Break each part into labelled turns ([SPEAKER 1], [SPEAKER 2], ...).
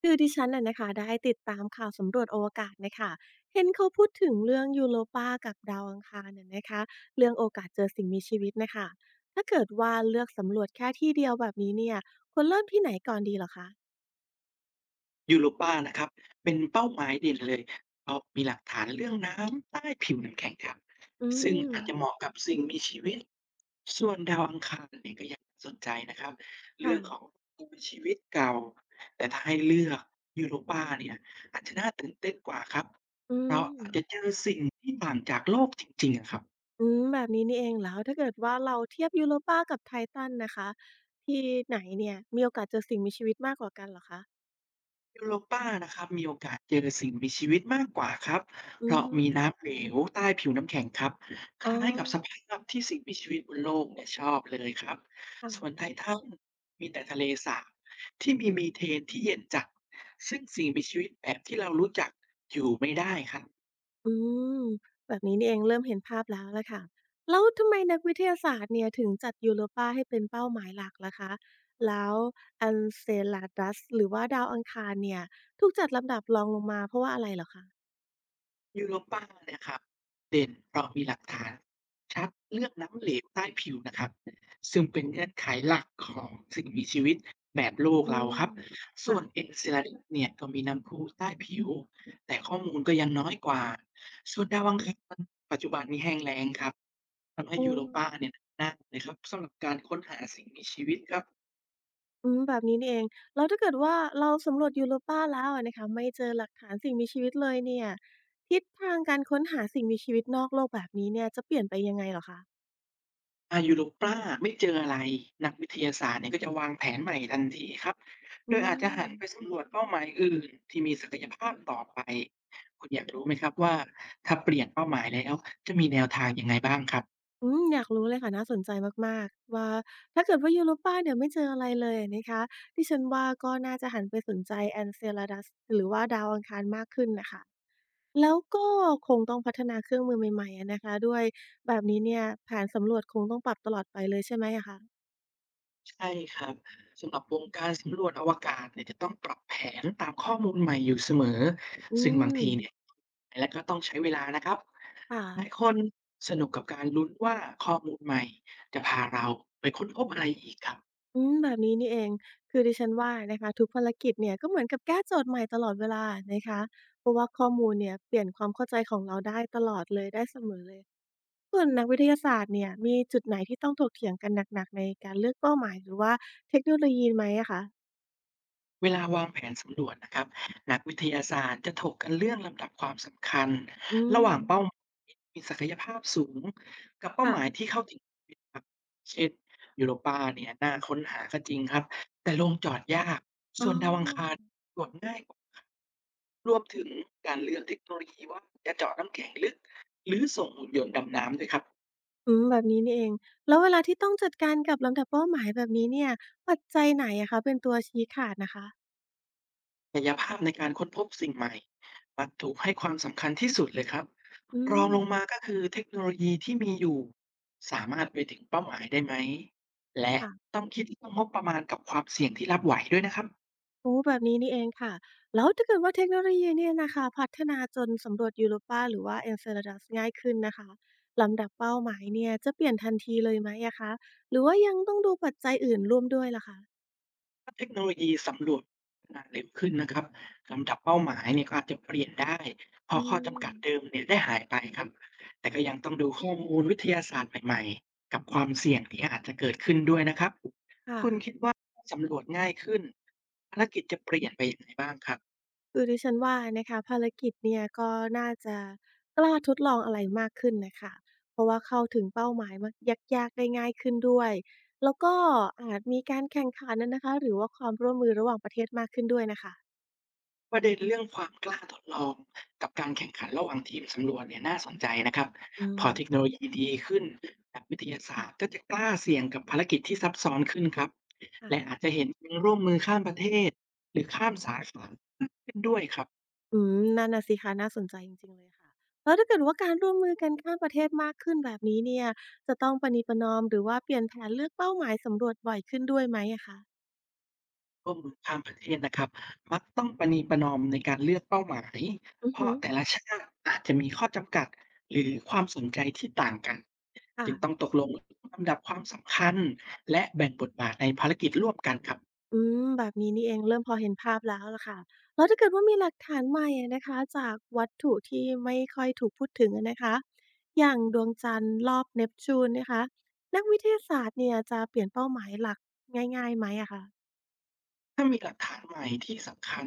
[SPEAKER 1] คือดิฉันน่ะนะคะได้ติดตามข่าวสำรวจอวกาศนะคะเห็นเขาพูดถึงเรื่องยูโรปากับดาวอังคารน่ะนะคะเรื่องโอกาสเจอสิ่งมีชีวิตนะคะถ้าเกิดว่าเลือกสำรวจแค่ที่เดียวแบบนี้เนี่ยควรเริ่มที่ไหนก่อนดีเหรอคะ
[SPEAKER 2] Europa นะครับเป็นเป้าหมายเด่นเลยเพราะมีหลักฐานเรื่องน้ำใต้ผิวน้ำแข็งครับ
[SPEAKER 1] อื
[SPEAKER 2] ซึ่ง
[SPEAKER 1] ม
[SPEAKER 2] อาจจะเหมาะกับสิ่งมีชีวิตส่วนดาวอังคารเนี่ยก็ยังน่าสนใจนะครับเรื่
[SPEAKER 1] ค่ะ
[SPEAKER 2] องของสิ่งมีชีวิตเก่าแต่ถ้าให้เลือกยูโรปาเนี่ยอาจจะน่าตื่นเต้นกว่าครับ
[SPEAKER 1] อื
[SPEAKER 2] เพราะ
[SPEAKER 1] ม
[SPEAKER 2] อาจจะเจอสิ่งที่ต่างจากโลกจริงๆอะครับ
[SPEAKER 1] อืมแบบนี้นี่เองแล้วถ้าเกิดว่าเราเทียบยูโรปากับไททันนะคะที่ไหนเนี่ยมีโอกาสเจอสิ่งมีชีวิตมากกว่ากันเหรอคะ
[SPEAKER 2] ยูโรปานะครับมีโอกาสเจอสิ่งมีชีวิตมากกว่าครับเพ
[SPEAKER 1] อื
[SPEAKER 2] ราะ
[SPEAKER 1] ม
[SPEAKER 2] มีน้ำเหลวใต้ผิวน้ำแข็งครับค
[SPEAKER 1] อ๋อ
[SPEAKER 2] ล้ายกับสภาพที่สิ่งมีชีวิตบนโลกเนี่ยชอบเลยครับส่วนไท
[SPEAKER 1] ค่ะ
[SPEAKER 2] ทันมีแต่ทะเลสาบที่มีเทนที่เย็นจัดซึ่งสิ่งมีชีวิตแบบที่เรารู้จักอยู่ไม่ได้ครับ
[SPEAKER 1] อืมแบบนี้นี่เองเริ่มเห็นภาพแล้วล่ะค่ะแล้วทำไมนักวิทยาศาสตร์เนี่ยถึงจัด Europa ให้เป็นเป้าหมายหลักล่ะคะแล้วอั n c e l a d u s หรือว่าดาวอังคารเนี่ยถูกจัดลำดับรองลงมาเพราะว่าอะไรเหรอคะ
[SPEAKER 2] Europa เนี่ยครับเด่นเพราะมีหลักฐานชัดเรื่องน้ำเหลวใต้ผิวนะครับซึ่งเป็นเงื่อนไขหลักของสิ่งมีชีวิตแบบโลก
[SPEAKER 1] อื
[SPEAKER 2] เรา
[SPEAKER 1] ม
[SPEAKER 2] ครับส่วนเอ็
[SPEAKER 1] ค่ะ
[SPEAKER 2] e เซลาดเนี่ยก็มีน้ำพุใต้ผิวแต่ข้อมูลก็ยังน้อยกว่าส่วนดาวอังคารปัจจุบันนี้แห้งแล้งครับทำให้
[SPEAKER 1] อืม
[SPEAKER 2] Europa เนี่ยน่าเลยครับสำหรับการค้นหาสิ่งมีชีวิตครับ
[SPEAKER 1] อืมแบบนี้นี่เองแล้วถ้าเกิดว่าเราสำรวจ Europa แล้วอะนะคะไม่เจอหลักฐานสิ่งมีชีวิตเลยเนี่ยทิศทางการค้นหาสิ่งมีชีวิตนอกโลกแบบนี้เนี่ยจะเปลี่ยนไปยังไงเหรอคะ
[SPEAKER 2] อาก Europa ไม่เจออะไรนักวิทยาศาสตร์เนี่ยก็จะวางแผนใหม่ทันทีครับโด
[SPEAKER 1] อื
[SPEAKER 2] ยอาจจะหั
[SPEAKER 1] ม
[SPEAKER 2] นไปสำรวจเป้าหมายอื่นที่มีศักยภาพต่อไปคุณอยากรู้ไหมครับว่าถ้าเปลี่ยนเป้าหมายแล้วจะมีแนวทางยังไงบ้างครับ
[SPEAKER 1] อืมอยากรู้เลยค่ะน่าสนใจมากๆว่าถ้าเกิดว่ายูโรป้าเนี่ยไม่เจออะไรเลยอะนะคะดิฉันว่าก็น่าจะหันไปสนใจ Enceladus หรือว่าดาวอังคารมากขึ้นน่ะค่ะแล้วก็คงต้องพัฒนาเครื่องมือใหม่ๆอะนะคะด้วยแบบนี้เนี่ยแผนสำรวจคงต้องปรับตลอดไปเลยใช่ไหมอะคะ
[SPEAKER 2] ใช่ครับสำหรับวงการสำรวจอวกาศเนี่ยจะต้องปรับแผนตามข้อมูลใหม่อยู่เสมอ
[SPEAKER 1] อื
[SPEAKER 2] ซึ่งบาง
[SPEAKER 1] ม
[SPEAKER 2] ทีเนี่ยและก็ต้องใช้เวลานะครับ
[SPEAKER 1] ค่ะ
[SPEAKER 2] หลายคนสนุกกับการลุ้นว่าข้อมูลใหม่จะพาเราไปค้นพบอะไรอีกครับ
[SPEAKER 1] อืมแบบนี้นี่เองคือดิฉันว่านะคะทุกภารกิจเนี่ยก็เหมือนกับแก้โจทย์ใหม่ตลอดเวลานะคะเพราะว่าข้อมูลเนี่ยเปลี่ยนความเข้าใจของเราได้ตลอดเลยได้เสมอเลย ส่วนนักวิทยาศาสตร์เนี่ยมีจุดไหนที่ต้องถกเถียงกันหนักๆในการเลือกเป้าหมายหรือว่าเทคโนโลยีไหมอะคะ
[SPEAKER 2] เวลาวางแผนสำรวจนะครับนักวิทยาศาสตร์จะถกกันเรื่องลำดับความสำคัญ
[SPEAKER 1] อื
[SPEAKER 2] ระ
[SPEAKER 1] ม
[SPEAKER 2] หว่างเป้าหมายที่มีศักยภาพสูงกับเป้าหมาย
[SPEAKER 1] ค่ะ
[SPEAKER 2] ที่เข้าถึงได้ครัเช่นยูโรปาเนี่ยน่าค้นหาก็จริงครับแต่ลงจอดยาก
[SPEAKER 1] อ๋
[SPEAKER 2] ส่
[SPEAKER 1] อ
[SPEAKER 2] วนดาวอังคารตรวจง่ายกว่ารวมถึงการเลือกเทคโนโลยีว่าจะเจาะน้ำแข็งลึกหรือส่งหุ่นยนต์ดำน้ำด้วยครับ
[SPEAKER 1] อืมแบบนี้นี่เอง แล้วเวลาที่ต้องจัดการกับลำดับเป้าหมายแบบนี้เนี่ย ปัจจัยไหนอะคะเป็นตัวชี้ขาดนะคะ
[SPEAKER 2] ศักยภาพในการค้นพบสิ่งใหม่มักถูกให้ความสำคัญที่สุดเลยครับ
[SPEAKER 1] อื
[SPEAKER 2] รอง
[SPEAKER 1] ม
[SPEAKER 2] ลงมาก็คือเทคโนโลยีที่มีอยู่ สามารถไปถึงเป้าหมายได้ไหม และ
[SPEAKER 1] ค่ะ
[SPEAKER 2] ต้องคิดเรื่องงบประมาณกับความเสี่ยงที่รับไหวด้วยนะครับ
[SPEAKER 1] โอ๋แบบนี้นี่เองค่ะแล้วถ้าเกิดว่าเทคโนโลยีเนี่ยนะคะพัฒนาจนสำรวจ Europa หรือว่า Enceladus ง่ายขึ้นนะคะลำดับเป้าหมายเนี่ยจะเปลี่ยนทันทีเลยไหมอะคะหรือว่ายังต้องดูปัจจัยอื่นร่วมด้วยล่ะคะ
[SPEAKER 2] ถ้าเทคโนโลยีสำรวจขนาดเร็วขึ้นนะครับลำดับเป้าหมายเนี่ยก็อาจจะเปลี่ยนได้เพอ
[SPEAKER 1] อื
[SPEAKER 2] ข้อจำ
[SPEAKER 1] ม
[SPEAKER 2] กัดเดิมเนี่ยได้หายไปครับแต่
[SPEAKER 1] ค่ะ
[SPEAKER 2] ก็ยังต้องดูข้อมูลวิทยาศาสตร์ใหม่ๆกับความเสี่ยงที่อาจจะเกิดขึ้นด้วยนะครับ
[SPEAKER 1] ค่ะ
[SPEAKER 2] คุณคิดว่าสำรวจง่ายขึ้นภารกิจจะเปลี่ยนไปอยางไรบ้างครับ
[SPEAKER 1] คือดิฉันว่านะคะภารกิจเนี่ยก็น่าจะกล้าทดลองอะไรมากขึ้นนะคะเพราะว่าเข้าถึงเป้าหมายมากยากๆได้ง่ายขึ้นด้วยแล้วก็อาจมีการแข่งขันนะคะหรือว่าความร่วมมือระหว่างประเทศมากขึ้นด้วยนะคะ
[SPEAKER 2] ประเด็นเรื่องความกล้าทดลองกับการแข่งขันระหว่างทีมสำรวจเนี่ยน่าสนใจนะครับ
[SPEAKER 1] อื
[SPEAKER 2] พอเทคโน
[SPEAKER 1] ม
[SPEAKER 2] โลยีดีขึ้นนักวิทยาศาสตร์ก็จะกล้าเสี่ยงกับภารกิจที่ซับซ้อนขึ้นครับและอา
[SPEAKER 1] ค่ะ
[SPEAKER 2] จจะเห็นการร่วมมือข้ามประเทศหรือข้ามสาขาขึ้นด้วยครับ
[SPEAKER 1] อืมนั่นน่ะสิคะน่าสนใจจริงๆเลยค่ะแล้วถ้าเกิดว่าการร่วมมือกันข้ามประเทศมากขึ้นแบบนี้เนี่ยจะต้องประนีประนอมหรือว่าเปลี่ยนแผนเลือกเป้าหมายสำรวจบ่อยขึ้นด้วยไหมอะคะ
[SPEAKER 2] ร่วมมือข้ามประเทศนะครับมักต้องประนีประนอมในการเลือกเป้าหมาย
[SPEAKER 1] อือ
[SPEAKER 2] เพ
[SPEAKER 1] ฮึ
[SPEAKER 2] ราะแต่ละชาติอาจจะมีข้อจำกัดหรือความสนใจที่ต่างกันจึงต้อง
[SPEAKER 1] ค่ะ
[SPEAKER 2] ตกลงลำดับความสำคัญและแบ่งบทบาทในภารกิจร่วมกันครับ
[SPEAKER 1] อืมแบบนี้นี่เองเริ่มพอเห็นภาพแล้วล่ะค่ะแล้วถ้าเกิดว่ามีหลักฐานใหม่อะนะคะจากวัตถุที่ไม่ค่อยถูกพูดถึงอะนะคะอย่างดวงจันทร์รอบเนปจูนนะคะนักวิทยาศาสตร์เนี่ยจะเปลี่ยนเป้าหมายหลักง่ายๆไหมอะคะ
[SPEAKER 2] ถ้ามีหลักฐานใหม่ที่สำคัญ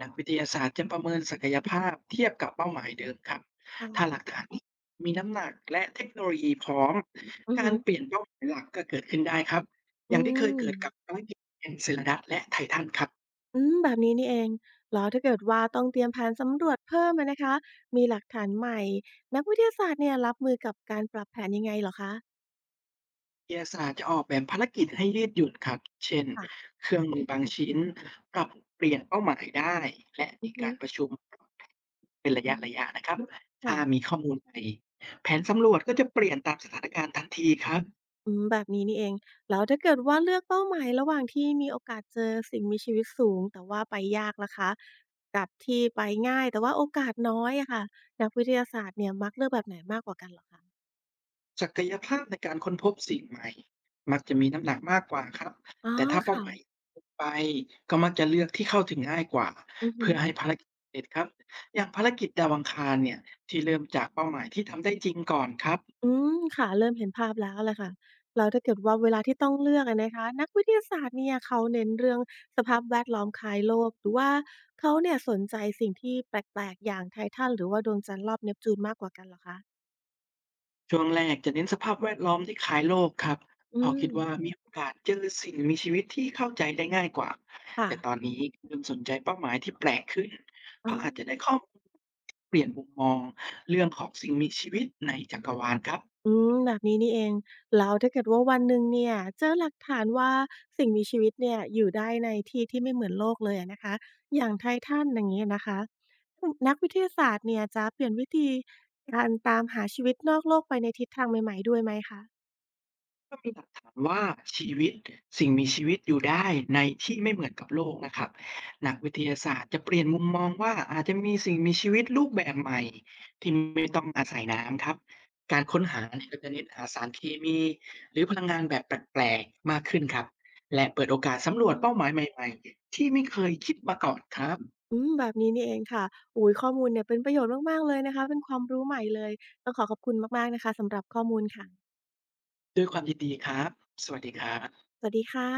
[SPEAKER 2] นักวิทยาศาสตร์จะประเมินศักยภาพเทียบกับเป้าหมายเดิมครับถ้าหลัก
[SPEAKER 1] ค่ะ
[SPEAKER 2] ฐานนี้มีน้ำหนักและเทคโนโลยีพร้อม
[SPEAKER 1] อือ
[SPEAKER 2] กา
[SPEAKER 1] ฮึ
[SPEAKER 2] รเปลี่ยยนเป้าหมายหลักก็เกิดขึ้นได้ครับอ
[SPEAKER 1] อื
[SPEAKER 2] ย่างที่เคย
[SPEAKER 1] ม
[SPEAKER 2] เกิดกับภารกิจเอ็นเซลดัสและไททันครับ
[SPEAKER 1] อืมแบบนี้นี่เองแล้วถ้าเกิดว่าต้องเตรียมแผนสำรวจเพิ่มอะนะคะมีหลักฐานใหม่นักวิทยาศาสตร์เนี่ยรับมือกับการปรับแผนยังไงเหรอคะ
[SPEAKER 2] วิทยาศาสตร์จะออกแบบภารกิจให้ยืดหยุ่นครับ เช่น
[SPEAKER 1] ค่ะ
[SPEAKER 2] เครื่องมือบางชิ้นปรับเปลี่ยนเป้าหมายได้และ
[SPEAKER 1] อื
[SPEAKER 2] มี
[SPEAKER 1] อฮึ
[SPEAKER 2] การประชุมเป็นระย
[SPEAKER 1] อืม
[SPEAKER 2] ะๆนะครับ
[SPEAKER 1] ค่ะ
[SPEAKER 2] ถ้ามีข้อมูลใหม่แผนสำรวจก็จะเปลี่ยนตามสถานการณ์ทันทีครับ
[SPEAKER 1] อืมแบบนี้นี่เองแล้วถ้าเกิดว่าเลือกเป้าหมายระหว่างที่มีโอกาสเจอสิ่งมีชีวิตสูงแต่ว่าไปยากล่ะคะกับที่ไปง่ายแต่ว่าโอกาสน้อยอะค่ะนักวิทยาศาสตร์เนี่ยมักเลือกแบบไหนมากกว่ากันเหรอคะ
[SPEAKER 2] ศักยภาพในการค้นพบสิ่งใหม่มักจะมีน้ำหนักมากกว่าครับ
[SPEAKER 1] อ๋อ
[SPEAKER 2] แต่ถ้าเป้าหมาย
[SPEAKER 1] ค่ะ
[SPEAKER 2] ไปก็มักจะเลือกที่เข้าถึงง่ายกว่า
[SPEAKER 1] อือฮึ
[SPEAKER 2] เพื่อให้ภารกิจเสร็จครับอย่างภารกิจดาวอังคารเนี่ยที่เริ่มจากเป้าหมายที่ทำได้จริงก่อนครับ
[SPEAKER 1] อืมค่ะเริ่มเห็นภาพแล้วแหละค่ะแล้วถ้าเกิดว่าเวลาที่ต้องเลือกอะนะคะนักวิทยาศาสตร์เนี่ยเขาเน้นเรื่องสภาพแวดล้อมคล้ายโลกหรือว่าเขาเนี่ยสนใจสิ่งที่แปลกๆอย่างไททันหรือว่าดวงจันทร์รอบเนปจูนมากกว่ากันเหรอคะ
[SPEAKER 2] ช่วงแรกจะเน้นสภาพแวดล้อมที่คล้ายโลกครับเพ
[SPEAKER 1] อื
[SPEAKER 2] อคิ
[SPEAKER 1] ม
[SPEAKER 2] ดว่ามีโอกาสเจอสิ่งมีชีวิตที่เข้าใจได้ง่ายกว่า
[SPEAKER 1] ค่ะ
[SPEAKER 2] แต่ตอนนี้เริ่มสนใจเป้าหมายที่แปลกขึ้นเพ
[SPEAKER 1] อ๋
[SPEAKER 2] ราะอาจจะได้
[SPEAKER 1] อ
[SPEAKER 2] ข้อมูลเปลี่ยนมุมมองเรื่องของสิ่งมีชีวิตในจักรวาลครับ
[SPEAKER 1] อืมแบบนี้นี่เองแล้วถ้าเกิดว่าวันหนึ่งเนี่ยเจอหลักฐานว่าสิ่งมีชีวิตเนี่ยอยู่ได้ในที่ที่ไม่เหมือนโลกเลยอะนะคะอย่างไททันอย่างงี้นะคะอืมนักวิทยาศาสตร์เนี่ยจะเปลี่ยนวิธีการตามหาชีวิตนอกโลกไปในทิศทางใหม่ๆด้วยไหมคะ
[SPEAKER 2] ก็มีหลักฐานว่าชีวิตสิ่งมีชีวิตอยู่ได้ในที่ไม่เหมือนกับโลกนะครับนักวิทยาศาสตร์จะเปลี่ยนมุมมองว่าอาจจะมีสิ่งมีชีวิตรูปแบบใหม่ที่ไม่ต้องอาศัยน้ำครับการค้นหาเนี่ยก็จะเน้นหาสารเคมีหรือพลังงานแบบแปลกๆมากขึ้นครับและเปิดโอกาส
[SPEAKER 1] อื
[SPEAKER 2] สำรวจ
[SPEAKER 1] ม
[SPEAKER 2] เป้าหมายใหม่ๆที่ไม่เคยคิดมาก่อนครับ
[SPEAKER 1] อืมแบบนี้นี่เองค่ะโอ้โฮข้อมูลเนี่ยเป็นประโยชน์มากๆเลยนะคะเป็นความรู้ใหม่เลยต้องขอขอบคุณมากๆนะคะสำหรับข้อมูลค่ะ
[SPEAKER 2] ด้วยความยินดีครับสวัสดีครับ
[SPEAKER 1] สวัสดีค่ะ